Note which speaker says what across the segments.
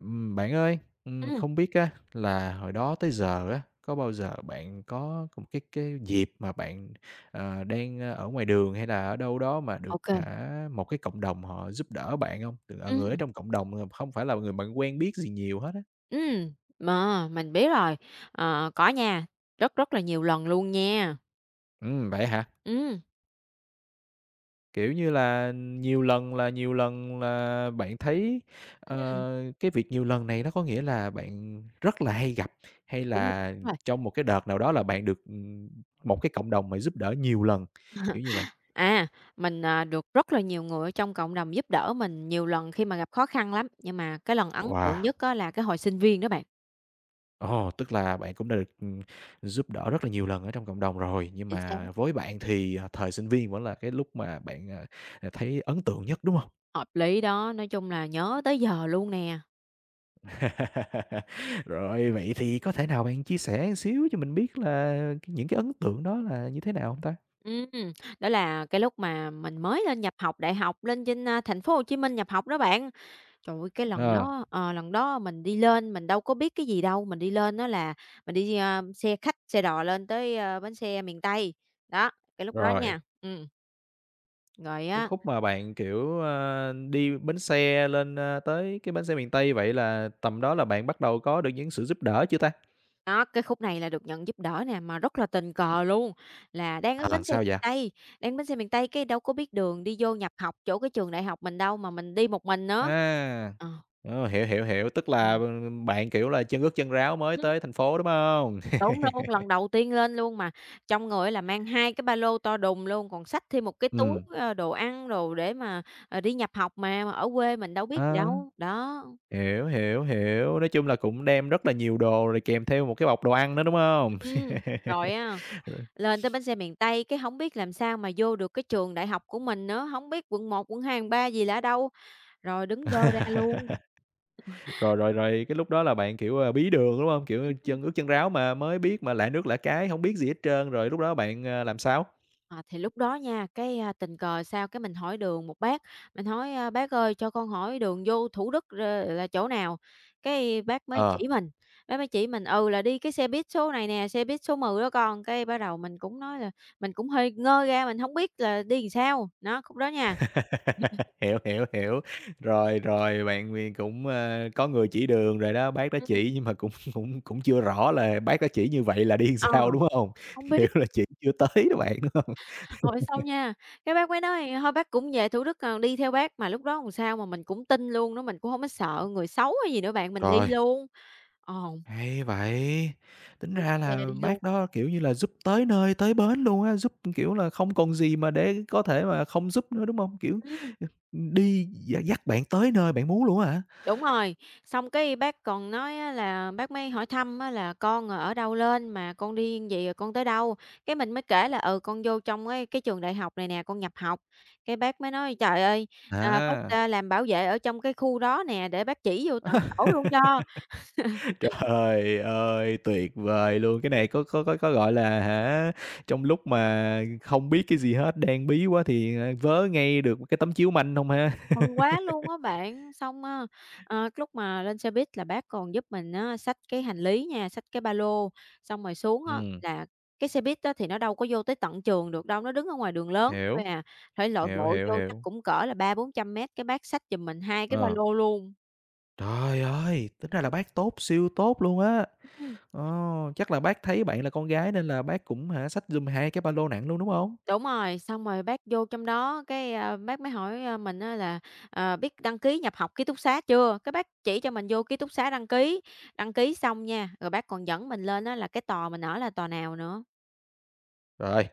Speaker 1: Bạn ơi,
Speaker 2: Ừm,
Speaker 1: không biết á là hồi đó tới giờ á, có bao giờ bạn có một cái dịp mà bạn, đang ở ngoài đường hay là ở đâu đó mà
Speaker 2: ô
Speaker 1: được
Speaker 2: kê.
Speaker 1: hả, một cái cộng đồng họ giúp đỡ bạn không? Từ
Speaker 2: Ừm,
Speaker 1: người ở trong cộng đồng, không phải là người bạn quen biết gì nhiều hết á.
Speaker 2: ừm, mà mình biết rồi. Ờ, có nha, rất rất là nhiều lần luôn nha.
Speaker 1: Vậy hả?
Speaker 2: Ừm,
Speaker 1: Kiểu như là, nhiều lần là bạn thấy,
Speaker 2: ừm.
Speaker 1: cái việc nhiều lần này nó có nghĩa là bạn rất là hay gặp, hay
Speaker 2: đúng,
Speaker 1: là
Speaker 2: rồi.
Speaker 1: trong một cái đợt nào đó là bạn được, một cái cộng đồng mà giúp đỡ nhiều lần, kiểu như vậy?
Speaker 2: À, mình, được rất là nhiều người ở trong cộng đồng giúp đỡ mình nhiều lần khi mà gặp khó khăn lắm, nhưng mà cái lần ấn tượng
Speaker 1: Wow,
Speaker 2: nhất á là cái hồi sinh viên đó bạn.
Speaker 1: ồ, tức là bạn cũng đã được, giúp đỡ rất là nhiều lần ở trong cộng đồng rồi, nhưng
Speaker 2: Chính xác.
Speaker 1: mà với bạn thì, thời sinh viên vẫn là cái lúc mà bạn, thấy ấn tượng nhất, đúng không?
Speaker 2: Hợp lý đó, nói chung là nhớ tới giờ luôn nè.
Speaker 1: Rồi, vậy thì có thể nào bạn chia sẻ xíu cho mình biết là những cái ấn tượng đó là như thế nào không ta?
Speaker 2: Ừm, đó là cái lúc mà mình mới lên nhập học đại học lên trên, thành phố Hồ Chí Minh nhập học đó bạn. Trời ơi, cái lần
Speaker 1: Ờ,
Speaker 2: đó ờ, lần đó mình đi lên mình đâu có biết cái gì đâu, mình đi lên á là mình đi, xe khách, xe đò lên tới, bến xe miền Tây. Đó, cái lúc đó
Speaker 1: Rồi,
Speaker 2: nha rồi
Speaker 1: cái
Speaker 2: á.
Speaker 1: khúc mà bạn, kiểu, đi bến xe lên, tới cái bến xe miền Tây vậy là tầm đó là bạn bắt đầu có được những sự giúp đỡ chưa ta?
Speaker 2: Đó, cái khúc này là được nhận giúp đỡ nè, mà rất là tình cờ luôn, là đang ở
Speaker 1: À,
Speaker 2: bến
Speaker 1: làm
Speaker 2: xe
Speaker 1: sao
Speaker 2: miền
Speaker 1: vậy?
Speaker 2: Tây, đang bến xe miền Tây cái đâu có biết đường đi vô nhập học chỗ cái trường đại học mình đâu, mà mình đi một mình nữa.
Speaker 1: À,
Speaker 2: Ờ,
Speaker 1: hiểu, hiểu, hiểu, tức là,
Speaker 2: ừm.
Speaker 1: bạn, kiểu là, chân ướt chân ráo mới tới thành phố, đúng không?
Speaker 2: Đúng luôn, lần đầu tiên lên luôn mà trong người á là mang 2 cái ba lô to đùng luôn, còn xách thêm một cái túi,
Speaker 1: Ừ.
Speaker 2: ơ, đồ ăn đồ để mà, đi nhập học mà ở quê mình đâu biết gì
Speaker 1: À.
Speaker 2: đâu. Đó,
Speaker 1: Hiểu, hiểu, hiểu. Nói chung là cũng đem rất là nhiều đồ rồi kèm theo một cái bọc đồ ăn nữa, đúng hông?
Speaker 2: ừm, rồi á,
Speaker 1: Rồi,
Speaker 2: lên tới bến xe miền Tây cái hổng biết làm sao mà vô được cái trường đại học của mình nữa, hổng biết quận 1 quận 2 quận 3 gì là ở đâu, rồi đứng đơ ra luôn.
Speaker 1: rồi, rồi, cái lúc đó là bạn, kiểu, bí đường, đúng hông? Kiểu, chân ướt chân ráo mà mới biết mà lạ nước lạ cái, hổng biết gì hết trơn, rồi lúc đó bạn, làm sao?
Speaker 2: À, thì lúc đó nha, cái, tình cờ sao cái mình hỏi đường một bác, mình hỏi: "Bác ơi, cho con hỏi đường vô Thủ Đức r là chỗ nào?" Cái bác mới
Speaker 1: Ờ.
Speaker 2: chỉ mình, bác mới chỉ mình, "Ừ, là đi cái xe buýt số này nè, xe buýt số 10 đó con." Cái bắt đầu mình cũng nói là mình cũng hơi ngơ ra, mình không biết là đi làm sao, nó khúc đó nha.
Speaker 1: Hiểu, hiểu, hiểu. Rồi, rồi bạn thì cũng, có người chỉ đường rồi đó, bác đó
Speaker 2: Ừm.
Speaker 1: chỉ nhưng mà cũng cũng cũng chưa rõ là bác đó chỉ như vậy là đi
Speaker 2: Ờ,
Speaker 1: sao, đúng hông?
Speaker 2: hông biết,
Speaker 1: Kiểu là, chỉ chưa tới đó bạn, đúng hông?
Speaker 2: rồi xong nha, cái bác mới nói: "Thôi bác cũng về Thủ Đức, đi theo bác." Mà lúc đó làm sao mà mình cũng tin luôn đó mình cũng không có sợ người xấu hay gì nữa bạn, mình đi
Speaker 1: Rồi.
Speaker 2: luôn. Ờ,
Speaker 1: Hay vậy! Tính ra
Speaker 2: xe đi
Speaker 1: là
Speaker 2: luôn.
Speaker 1: bác đó, kiểu như là, giúp tới nơi tới bến luôn á, giúp, kiểu là, không còn gì mà để có thể mà không giúp nữa, đúng không? Kiểu, đi dắt bạn tới nơi bạn muốn luôn á hả?
Speaker 2: Đúng rồi, xong cái bác còn nói á là bác mới hỏi thăm á là "Con, ở đâu lên, mà con đi như vậy rồi con tới đâu?" Cái mình mới kể là "Ừ, con vô trong cái trường đại học này nè, con nhập học." Cái bác mới nói "Trời ơi, bác,
Speaker 1: À,
Speaker 2: a, làm bảo vệ ở trong cái khu đó nè, để bác chỉ vô tận chỗ luôn cho."
Speaker 1: trời ơi, tuyệt vời luôn! Cái này có, gọi là, hả, trong lúc mà không biết cái gì hết, đang bí quá thì, vớ ngay được cái tấm chiếu manh không ha?
Speaker 2: Mừng quá luôn á bạn. Xong á, lúc mà lên xe buýt là bác còn giúp mình á xách cái hành lý nha, xách cái ba lô, xong rồi xuống á
Speaker 1: Ừm,
Speaker 2: là cái xe buýt á thì nó đâu có vô tới tận trường được đâu, nó đứng ở ngoài đường lớn thôi
Speaker 1: hiểu,
Speaker 2: à, phải lội
Speaker 1: hiểu,
Speaker 2: bộ
Speaker 1: hiểu,
Speaker 2: vô chắc
Speaker 1: hiểu.
Speaker 2: cũng cỡ là ba bốn trăm mét, cái bác xách giùm mình hai cái ba
Speaker 1: Ờ,
Speaker 2: lô luôn.
Speaker 1: trời ơi! Tính ra là bác tốt, siêu tốt luôn á!
Speaker 2: Ừm.
Speaker 1: Ồ, chắc là bác thấy bạn là con gái nên là bác cũng hả, xách giùm 2 cái ba lô nặng luôn, đúng hông?
Speaker 2: Đúng rồi, xong rồi bác vô trong đó cái, bác mới hỏi, mình á là, "Biết đăng ký nhập học ký túc xá chưa?" Cái bác chỉ cho mình vô ký túc xá đăng ký xong nha, rồi bác còn dẫn mình lên á là cái tòa mình ở là tòa nào nữa.
Speaker 1: Rồi,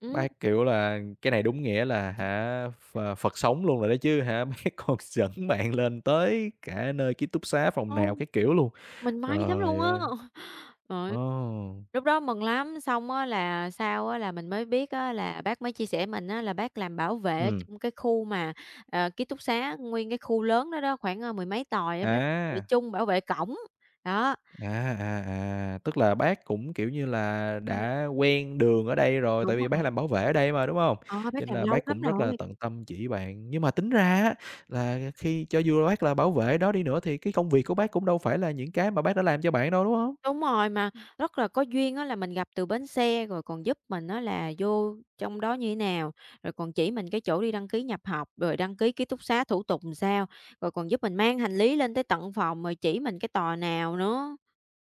Speaker 2: Ừm,
Speaker 1: bác, kiểu là, cái này đúng nghĩa là hả, Phật sống luôn rồi đó chứ hả, bác còn dẫn bạn lên tới cả nơi ký túc xá phòng
Speaker 2: hông,
Speaker 1: nào, các kiểu luôn.
Speaker 2: mình may lắm luôn
Speaker 1: Trời
Speaker 2: á.
Speaker 1: ơi!
Speaker 2: Rồi,
Speaker 1: Ồ,
Speaker 2: lúc đó mừng lắm, xong á là sau á là mình mới biết á là bác mới chia sẻ mình á là bác làm bảo vệ
Speaker 1: ừm,
Speaker 2: trong cái khu mà, ký túc xá, nguyên cái khu lớn đó đó, khoảng, mười mấy tòa á, bác bảo vệ
Speaker 1: à.
Speaker 2: chung, bảo vệ cổng, đó.
Speaker 1: À, à, à, tức là bác cũng, kiểu như là, đã quen đường ở đây rồi,
Speaker 2: Đúng
Speaker 1: tại vì bác
Speaker 2: rồi,
Speaker 1: làm bảo vệ ở đây mà, đúng hông?
Speaker 2: ờ,
Speaker 1: Cho
Speaker 2: bác
Speaker 1: nên
Speaker 2: làm
Speaker 1: là
Speaker 2: lâu
Speaker 1: bác
Speaker 2: lắm
Speaker 1: cũng rất là
Speaker 2: rồi.
Speaker 1: tận tâm chỉ bạn. Nhưng mà tính ra á là khi cho dù bác là bảo vệ đó đi nữa thì cái công việc của bác cũng đâu phải là những cái mà bác đã làm cho bạn đâu, đúng hông?
Speaker 2: Đúng rồi, mà rất là có duyên á là mình gặp từ bến xe, rồi còn giúp mình á là vô trong đó như thế nào, rồi còn chỉ mình cái chỗ đi đăng ký nhập học, rồi đăng ký ký túc xá thủ tục làm sao, rồi còn giúp mình mang hành lý lên tới tận phòng, rồi chỉ mình cái tòa nào nữa.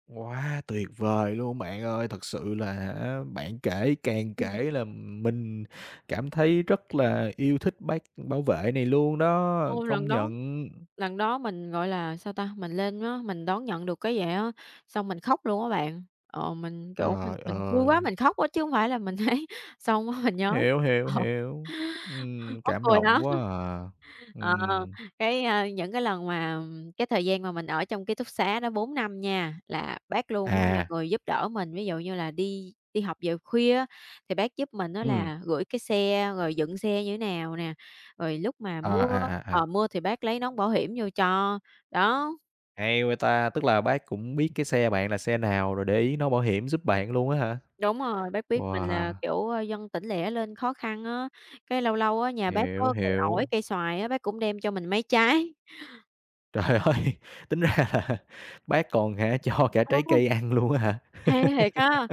Speaker 1: Quá tuyệt vời luôn bạn ơi! Thật sự là á, bạn kể càng
Speaker 2: Ừm.
Speaker 1: kể là mình cảm thấy rất là yêu thích bác bảo vệ này luôn đó,
Speaker 2: Ôi,
Speaker 1: công
Speaker 2: lần đó
Speaker 1: nhận.
Speaker 2: lần đó mình, gọi là, sao ta, mình lên á, mình đón nhận được cái vậy á, xong mình khóc luôn á bạn. Ờ, mình, kiểu, mình
Speaker 1: Trời
Speaker 2: mình vui quá
Speaker 1: ơi!
Speaker 2: mình khóc á chứ không phải là mình thấy xong á mình nhớ
Speaker 1: Hiểu, hiểu,
Speaker 2: ờ.
Speaker 1: hiểu. Ừm,
Speaker 2: Mắc
Speaker 1: cảm
Speaker 2: cười
Speaker 1: động
Speaker 2: lắm.
Speaker 1: quá à.
Speaker 2: Ờ,
Speaker 1: Ừm.
Speaker 2: cái, những cái lần mà cái thời gian mà mình ở trong ký túc xá đó 4 năm nha, là bác luôn á là
Speaker 1: À,
Speaker 2: người giúp đỡ mình. Ví dụ như là đi đi học về khuya á, thì bác giúp mình á
Speaker 1: ừm,
Speaker 2: là gửi cái xe, rồi dựng xe như thế nào nè, rồi lúc mà
Speaker 1: à, à, à, à,
Speaker 2: mưa thì bác lấy nón bảo hiểm vô cho. Đó,
Speaker 1: hay quá ta, tức là bác cũng biết cái xe bạn là xe nào rồi để ý nón bảo hiểm giúp bạn luôn á hả?
Speaker 2: đúng rồi, bác biết mình
Speaker 1: Wow,
Speaker 2: là, kiểu, dân tỉnh lẻ lên khó khăn á, cái lâu lâu á, nhà bác
Speaker 1: hiểu,
Speaker 2: có cây ổi,
Speaker 1: hiểu.
Speaker 2: cây xoài á, bác cũng đem cho mình mấy trái.
Speaker 1: Trời ơi, tính ra là bác còn hả, cho cả
Speaker 2: Ờ.
Speaker 1: trái cây ăn luôn á hả?
Speaker 2: Hay thiệt ha!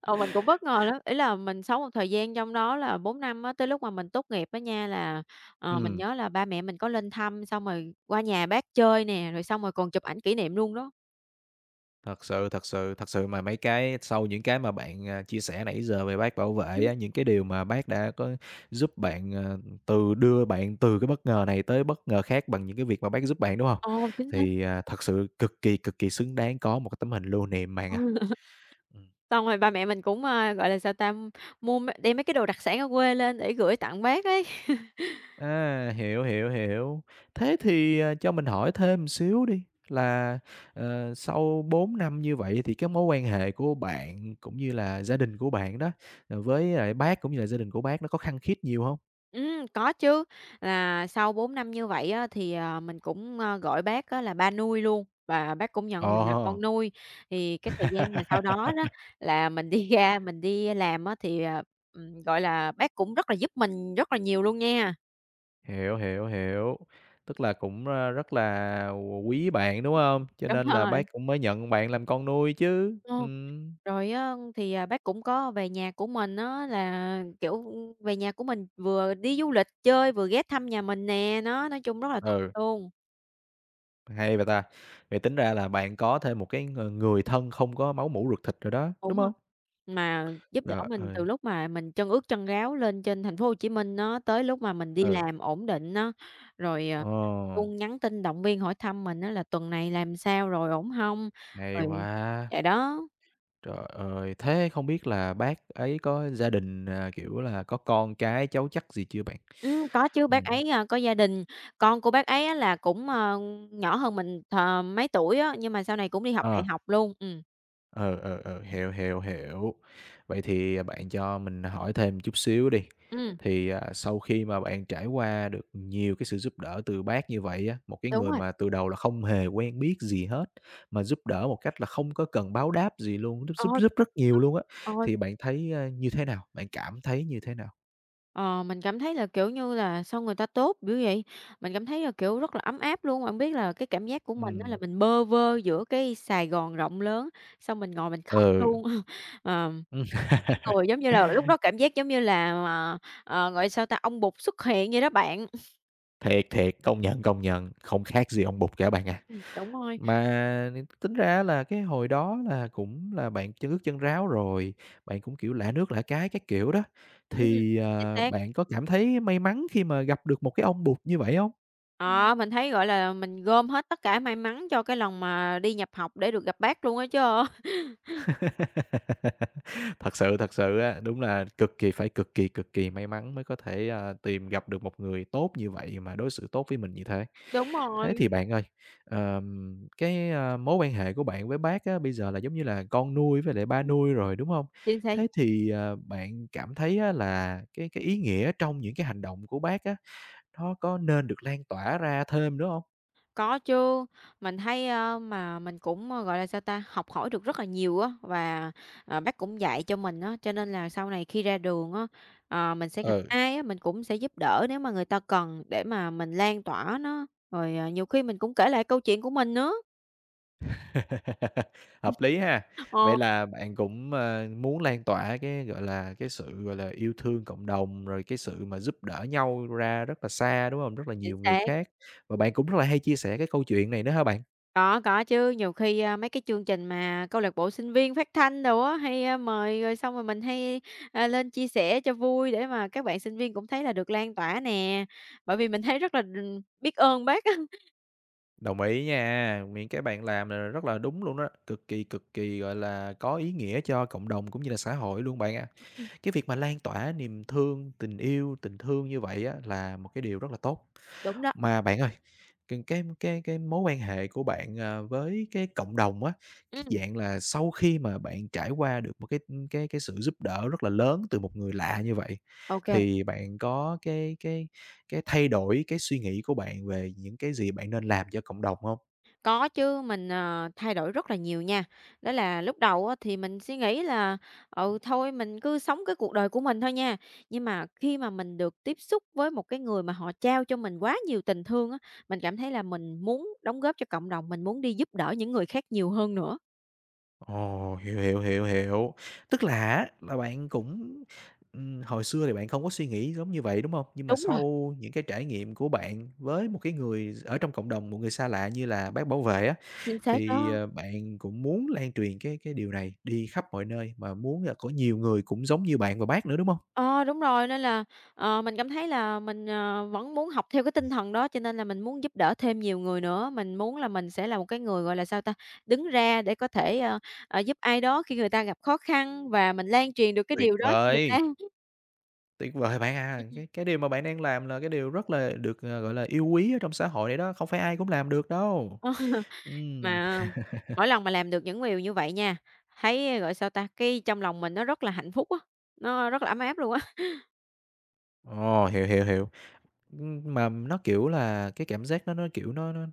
Speaker 2: Ờ, mình cũng bất ngờ lắm, ý là mình sống một thời gian trong đó là 4 năm á, tới lúc mà mình tốt nghiệp á nha là, mình
Speaker 1: Ừm.
Speaker 2: nhớ là ba mẹ mình có lên thăm, xong rồi qua nhà bác chơi nè, rồi xong rồi còn chụp ảnh kỷ niệm luôn đó.
Speaker 1: Thật sự, thật sự, thật sự mà mấy cái sau những cái mà bạn, chia sẻ nãy giờ về bác bảo vệ
Speaker 2: Ừm.
Speaker 1: á, những cái điều mà bác đã có giúp bạn, từ đưa bạn từ cái bất ngờ này tới bất ngờ khác bằng những cái việc mà bác giúp bạn, đúng không
Speaker 2: Ờ, chính xác.
Speaker 1: Thì, thật sự cực kỳ xứng đáng có một cái tấm hình lưu niệm bạn à.
Speaker 2: Ừ.
Speaker 1: Ừm.
Speaker 2: Xong rồi ba mẹ mình cũng, gọi là, sao ta, mua đem mấy cái đồ đặc sản ở quê lên để gửi tặng bác ấy.
Speaker 1: À, hiểu, hiểu, hiểu. Thế thì, cho mình hỏi thêm một xíu đi, là, sau 4 năm như vậy thì cái mối quan hệ của bạn cũng như là gia đình của bạn đó, với lại bác cũng như là gia đình của bác nó có khăng khít nhiều không?
Speaker 2: Có chứ, là sau 4 năm như vậy á, thì, mình cũng, gọi bác á là ba nuôi luôn, và bác cũng nhận mình là con
Speaker 1: Ồ.
Speaker 2: nuôi. Thì cái thời gian mà sau đó đó là mình đi ra mình đi làm á, thì, gọi là, bác cũng rất là giúp mình rất là nhiều luôn nha.
Speaker 1: Hiểu, hiểu, hiểu. Tức là cũng, rất là quý bạn, đúng không? Cho
Speaker 2: Đúng
Speaker 1: nên là
Speaker 2: rồi,
Speaker 1: bác cũng mới nhận bạn làm con nuôi chứ.
Speaker 2: ờ,
Speaker 1: Ừm.
Speaker 2: rồi á thì, bác cũng có về nhà của mình á là, kiểu, về nhà của mình vừa đi du lịch chơi, vừa ghé thăm nhà mình nè, nó, nói chung rất là
Speaker 1: Ừ.
Speaker 2: thích luôn.
Speaker 1: Hay vậy ta! Vậy tính ra là bạn có thêm một cái người thân không có máu mủ ruột thịt rồi đó,
Speaker 2: Đúng
Speaker 1: đúng
Speaker 2: rồi,
Speaker 1: không?
Speaker 2: mà giúp đỡ
Speaker 1: Trời
Speaker 2: mình từ
Speaker 1: ơi,
Speaker 2: lúc mà mình chân ướt chân ráo lên trên thành phố Hồ Chí Minh á, tới lúc mà mình đi
Speaker 1: ừ,
Speaker 2: làm ổn định á, rồi,
Speaker 1: ờ,
Speaker 2: luôn nhắn tin động viên hỏi thăm mình á là "Tuần này làm sao rồi, ổn hông?"
Speaker 1: hay
Speaker 2: Rồi
Speaker 1: quá!
Speaker 2: dạ đó,
Speaker 1: Trời ơi, thế không biết là bác ấy có gia đình, kiểu là, có con cái, cháu chắc gì chưa bạn?
Speaker 2: có chứ, bác
Speaker 1: Ừm,
Speaker 2: ấy, có gia đình, con của bác ấy á là cũng, nhỏ hơn mình mấy tuổi á, nhưng mà sau này cũng đi học đại
Speaker 1: ờ.
Speaker 2: học luôn.
Speaker 1: Ừ, ừ, ừ, hiểu, hiểu, hiểu. Vậy thì bạn cho mình hỏi thêm chút xíu đi.
Speaker 2: Ừm,
Speaker 1: Thì, sau khi mà bạn trải qua được nhiều cái sự giúp đỡ từ bác như vậy á, một cái
Speaker 2: đúng
Speaker 1: người
Speaker 2: rồi.
Speaker 1: mà từ đầu là không hề quen biết gì hết, mà giúp đỡ một cách là không có cần báo đáp gì luôn, giúp giúp
Speaker 2: Ôi!
Speaker 1: giúp rất nhiều luôn á,
Speaker 2: Ôi!
Speaker 1: thì bạn thấy, như thế nào? Bạn cảm thấy như thế nào?
Speaker 2: Ờ, mình cảm thấy là, kiểu như là, sao người ta tốt dữ vậy? Mình cảm thấy là, kiểu, rất là ấm áp luôn. Bạn biết là cái cảm giác của mình đó là
Speaker 1: Ừm,
Speaker 2: mình bơ vơ giữa cái Sài Gòn rộng lớn, xong mình ngồi mình khóc
Speaker 1: ừ.
Speaker 2: luôn. Ờ, cái người giống như là lúc đó cảm giác giống như là, gọi sao ta, ông Bụt xuất hiện vậy đó bạn.
Speaker 1: Thiệt, thiệt, công nhận, không khác gì ông Bụt cả bạn à.
Speaker 2: Đúng rồi,
Speaker 1: Mà tính ra là cái hồi đó là cũng là bạn chân ướt chân ráo rồi, bạn cũng, kiểu, lạ nước lạ cái các kiểu đó,
Speaker 2: ừm,
Speaker 1: thì,
Speaker 2: chính xác.
Speaker 1: bạn có cảm thấy may mắn khi mà gặp được một cái ông bụt như vậy hông?
Speaker 2: Ờ, mình thấy, gọi là, mình gom hết tất cả may mắn cho cái lần mà đi nhập học để được gặp bác luôn á chớ.
Speaker 1: Thật sự á, đúng là cực kỳ phải cực kỳ may mắn mới có thể, tìm gặp được một người tốt như vậy mà đối xử tốt với mình như thế.
Speaker 2: Đúng
Speaker 1: Thế
Speaker 2: rồi,
Speaker 1: thì bạn ơi, cái, mối quan hệ của bạn với bác á, bây giờ là giống như là con nuôi với lại ba nuôi rồi, đúng không
Speaker 2: chính xác.
Speaker 1: Thế thì, bạn cảm thấy á là cái ý nghĩa trong những cái hành động của bác á, nó có nên được lan tỏa ra thêm nữa không?
Speaker 2: Có chứ, mình thấy, mà mình cũng, gọi là, sao ta, học hỏi được rất là nhiều á, và, bác cũng dạy cho mình á, cho nên là sau này khi ra đường á, mình sẽ gặp
Speaker 1: Ừ,
Speaker 2: ai á, mình cũng sẽ giúp đỡ nếu mà người ta cần để mà mình lan tỏa nó, rồi, nhiều khi mình cũng kể lại câu chuyện của mình nữa.
Speaker 1: hợp lý ha.
Speaker 2: Ờ,
Speaker 1: Vậy là bạn cũng, muốn lan tỏa cái, gọi là, cái sự, gọi là, yêu thương cộng đồng, rồi cái sự mà giúp đỡ nhau ra rất là xa, đúng không? Rất là
Speaker 2: chính
Speaker 1: nhiều người
Speaker 2: xác.
Speaker 1: khác, và bạn cũng rất là hay chia sẻ cái câu chuyện này nữa hả bạn?
Speaker 2: Có chứ, nhiều khi, mấy cái chương trình mà câu lạc bộ sinh viên phát thanh đồ á, hay, mời rồi xong rồi mình hay, lên chia sẻ cho vui để mà các bạn sinh viên cũng thấy là được lan tỏa nè, bởi vì mình thấy rất là, biết ơn bác á.
Speaker 1: Đồng ý nha, những cái bạn làm là rất là đúng luôn đó, cực kỳ, gọi là, có ý nghĩa cho cộng đồng cũng như là xã hội luôn bạn ạ. Cái việc mà lan tỏa niềm thương, tình yêu, tình thương như vậy á là một cái điều rất là tốt.
Speaker 2: Đúng đó,
Speaker 1: Mà bạn ơi, cái mối quan hệ của bạn, với cái cộng đồng á, cái
Speaker 2: ừm,
Speaker 1: dạng là sau khi mà bạn trải qua được một cái sự giúp đỡ rất là lớn từ một người lạ như vậy,
Speaker 2: OK.
Speaker 1: thì bạn có cái thay đổi cái suy nghĩ của bạn về những cái gì bạn nên làm cho cộng đồng không?
Speaker 2: Có chứ, mình, thay đổi rất là nhiều nha. Đó là lúc đầu á thì mình suy nghĩ là, ừ, thôi mình cứ sống cái cuộc đời của mình thôi nha. Nhưng mà khi mà mình được tiếp xúc với một cái người mà họ trao cho mình quá nhiều tình thương á, mình cảm thấy là mình muốn đóng góp cho cộng đồng, mình muốn đi giúp đỡ những người khác nhiều hơn nữa.
Speaker 1: Ồ, hiểu, hiểu, hiểu, hiểu. Tức là á, là bạn cũng hồi xưa thì bạn không có suy nghĩ giống như vậy, đúng không? Nhưng mà
Speaker 2: Đúng rồi,
Speaker 1: sau những cái trải nghiệm của bạn với một cái người ở trong cộng đồng, một người xa lạ như là bác bảo vệ á,
Speaker 2: chính xác
Speaker 1: thì,
Speaker 2: đó.
Speaker 1: bạn cũng muốn lan truyền cái điều này đi khắp mọi nơi mà muốn là có nhiều người cũng giống như bạn và bác nữa, đúng không?
Speaker 2: Ờ, đúng rồi, nên là, mình cảm thấy là mình, vẫn muốn học theo cái tinh thần đó, cho nên là mình muốn giúp đỡ thêm nhiều người nữa. Mình muốn là mình sẽ là một cái người, gọi là, sao ta, đứng ra để có thể, giúp ai đó khi người ta gặp khó khăn và mình lan truyền được cái
Speaker 1: Tuyệt
Speaker 2: điều đó cho người
Speaker 1: vời,
Speaker 2: ta.
Speaker 1: tuyệt vời bạn à!
Speaker 2: Ừm.
Speaker 1: Cái điều mà bạn đang làm là cái điều rất là được, gọi là, yêu quý ở trong xã hội này đó, không phải ai cũng làm được đâu.
Speaker 2: Ờ,
Speaker 1: Ừm.
Speaker 2: mà mỗi lần mà làm được những điều như vậy nha, thấy, gọi sao ta, cái trong lòng mình nó rất là hạnh phúc á, nó rất là ấm áp luôn á.
Speaker 1: Ồ, hiểu, hiểu, hiểu. Mà nó, kiểu là, cái cảm giác đó nó, kiểu, nó nó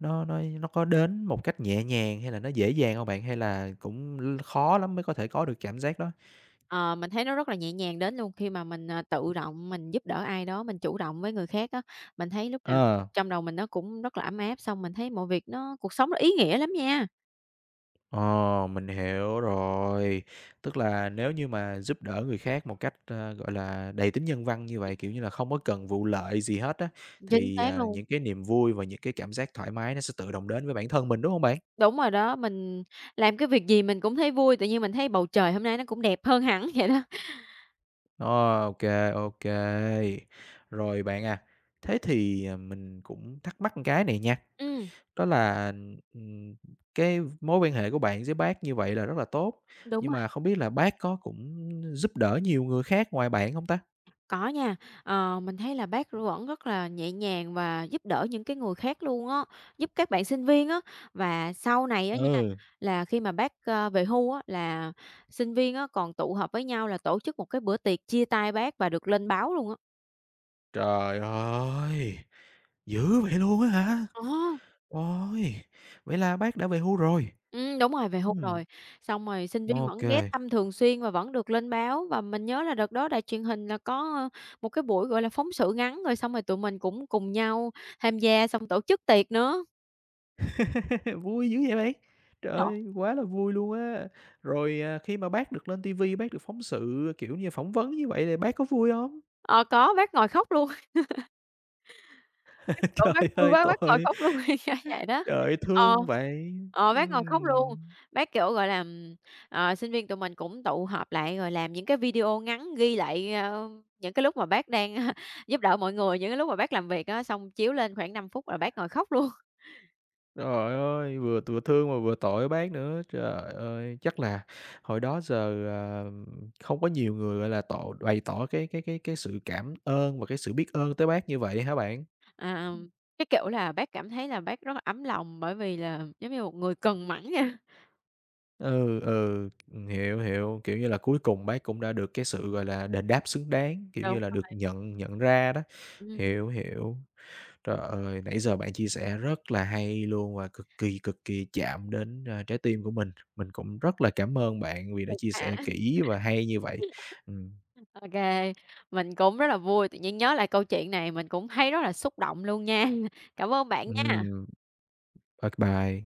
Speaker 1: nó nó nó có đến một cách nhẹ nhàng hay là nó dễ dàng hông bạn? Hay là cũng khó lắm mới có thể có được cảm giác đó?
Speaker 2: Ờ, mình thấy nó rất là nhẹ nhàng đến luôn khi mà mình, tự động mình giúp đỡ ai đó, mình chủ động với người khác á. Mình thấy lúc nào
Speaker 1: Ờ,
Speaker 2: trong đầu mình nó cũng rất là ấm áp, xong mình thấy mọi việc nó cuộc sống nó ý nghĩa lắm nha.
Speaker 1: ờ, mình hiểu rồi. Tức là nếu như mà giúp đỡ người khác một cách, gọi là, đầy tính nhân văn như vậy, kiểu như là, không có cần vụ lợi gì hết á,
Speaker 2: Chính
Speaker 1: thì,
Speaker 2: xác luôn.
Speaker 1: những cái niềm vui và những cái cảm giác thoải mái nó sẽ tự động đến với bản thân mình, đúng hông bạn?
Speaker 2: Đúng rồi đó, mình làm cái việc gì mình cũng thấy vui, tự nhiên mình thấy bầu trời hôm nay nó cũng đẹp hơn hẳn vậy đó.
Speaker 1: Ờ, OK, rồi bạn à, thế thì, mình cũng thắc mắc một cái này nha,
Speaker 2: Ừm,
Speaker 1: đó là, ừm, cái mối quan hệ của bạn với bác như vậy là rất là tốt,
Speaker 2: đúng
Speaker 1: nhưng
Speaker 2: rồi.
Speaker 1: mà không biết là bác có cũng giúp đỡ nhiều người khác ngoài bạn không ta?
Speaker 2: Có nha, mình thấy là bác vẫn rất là nhẹ nhàng và giúp đỡ những cái người khác luôn á, giúp các bạn sinh viên á. Và sau này á nha,
Speaker 1: Ừ.
Speaker 2: là khi mà bác, về hưu á, là sinh viên á còn tụ họp với nhau là tổ chức một cái bữa tiệc chia tay bác và được lên báo luôn á.
Speaker 1: Trời ơi! Dữ vậy luôn á hả?
Speaker 2: Ờ,
Speaker 1: Ôi, vậy là bác đã về hưu rồi?
Speaker 2: đúng rồi, về hưu
Speaker 1: Ừm,
Speaker 2: rồi, xong rồi sinh viên
Speaker 1: ô.
Speaker 2: vẫn ghé thăm thường xuyên và vẫn được lên báo. Và mình nhớ là đợt đó đài truyền hình là có, một cái buổi, gọi là, phóng sự ngắn, rồi xong rồi tụi mình cũng cùng nhau tham gia xong tổ chức tiệc nữa.
Speaker 1: Vui dữ vậy bạn! Trời ơi, quá là vui luôn á! Rồi, khi mà bác được lên ti bác được phóng sự, kiểu như, phỏng vấn như vậy thì bác có vui không?
Speaker 2: Ờ, có, bác ngồi khóc luôn, bác tưởng bác
Speaker 1: Trời
Speaker 2: vui
Speaker 1: ơi,
Speaker 2: quá, bác ngồi
Speaker 1: tội!
Speaker 2: khóc luôn, kiểu vậy đó.
Speaker 1: Trời ơi,
Speaker 2: Ờ,
Speaker 1: thương vậy!
Speaker 2: bác ngồi khóc luôn,
Speaker 1: Ừm.
Speaker 2: bác, kiểu, gọi là, sinh viên tụi mình cũng tụ họp lại rồi làm những cái video ngắn ghi lại, những cái lúc mà bác đang giúp đỡ mọi người, những cái lúc mà bác làm việc á, xong chiếu lên khoảng 5 phút là bác ngồi khóc luôn.
Speaker 1: Trời ơi, vừa vừa thương mà vừa tội bác nữa. Trời ơi, chắc là hồi đó giờ, không có nhiều người, gọi là, bày tỏ cái sự cảm ơn và cái sự biết ơn tới bác như vậy hả bạn?
Speaker 2: À, cái kiểu là, bác cảm thấy là bác rất là ấm lòng bởi vì là giống như một người cần mẫn nha.
Speaker 1: Ừ, ừ, hiểu, hiểu, kiểu như là, cuối cùng bác cũng đã được cái sự, gọi là, đền đáp xứng đáng, kiểu như
Speaker 2: Đúng
Speaker 1: là,
Speaker 2: rồi,
Speaker 1: được nhận nhận ra đó.
Speaker 2: ừm,
Speaker 1: Hiểu, hiểu. Trời ơi, nãy giờ bạn chia sẻ rất là hay luôn và cực kỳ chạm đến, trái tim của mình. Mình cũng rất là cảm ơn bạn vì đã chia
Speaker 2: à.
Speaker 1: sẻ kỹ và hay như vậy. Ừm,
Speaker 2: OK, mình cũng rất là vui, tự nhiên nhớ lại câu chuyện này mình cũng thấy rất là xúc động luôn nha. Cảm ơn bạn nha.
Speaker 1: ừm, bye bye.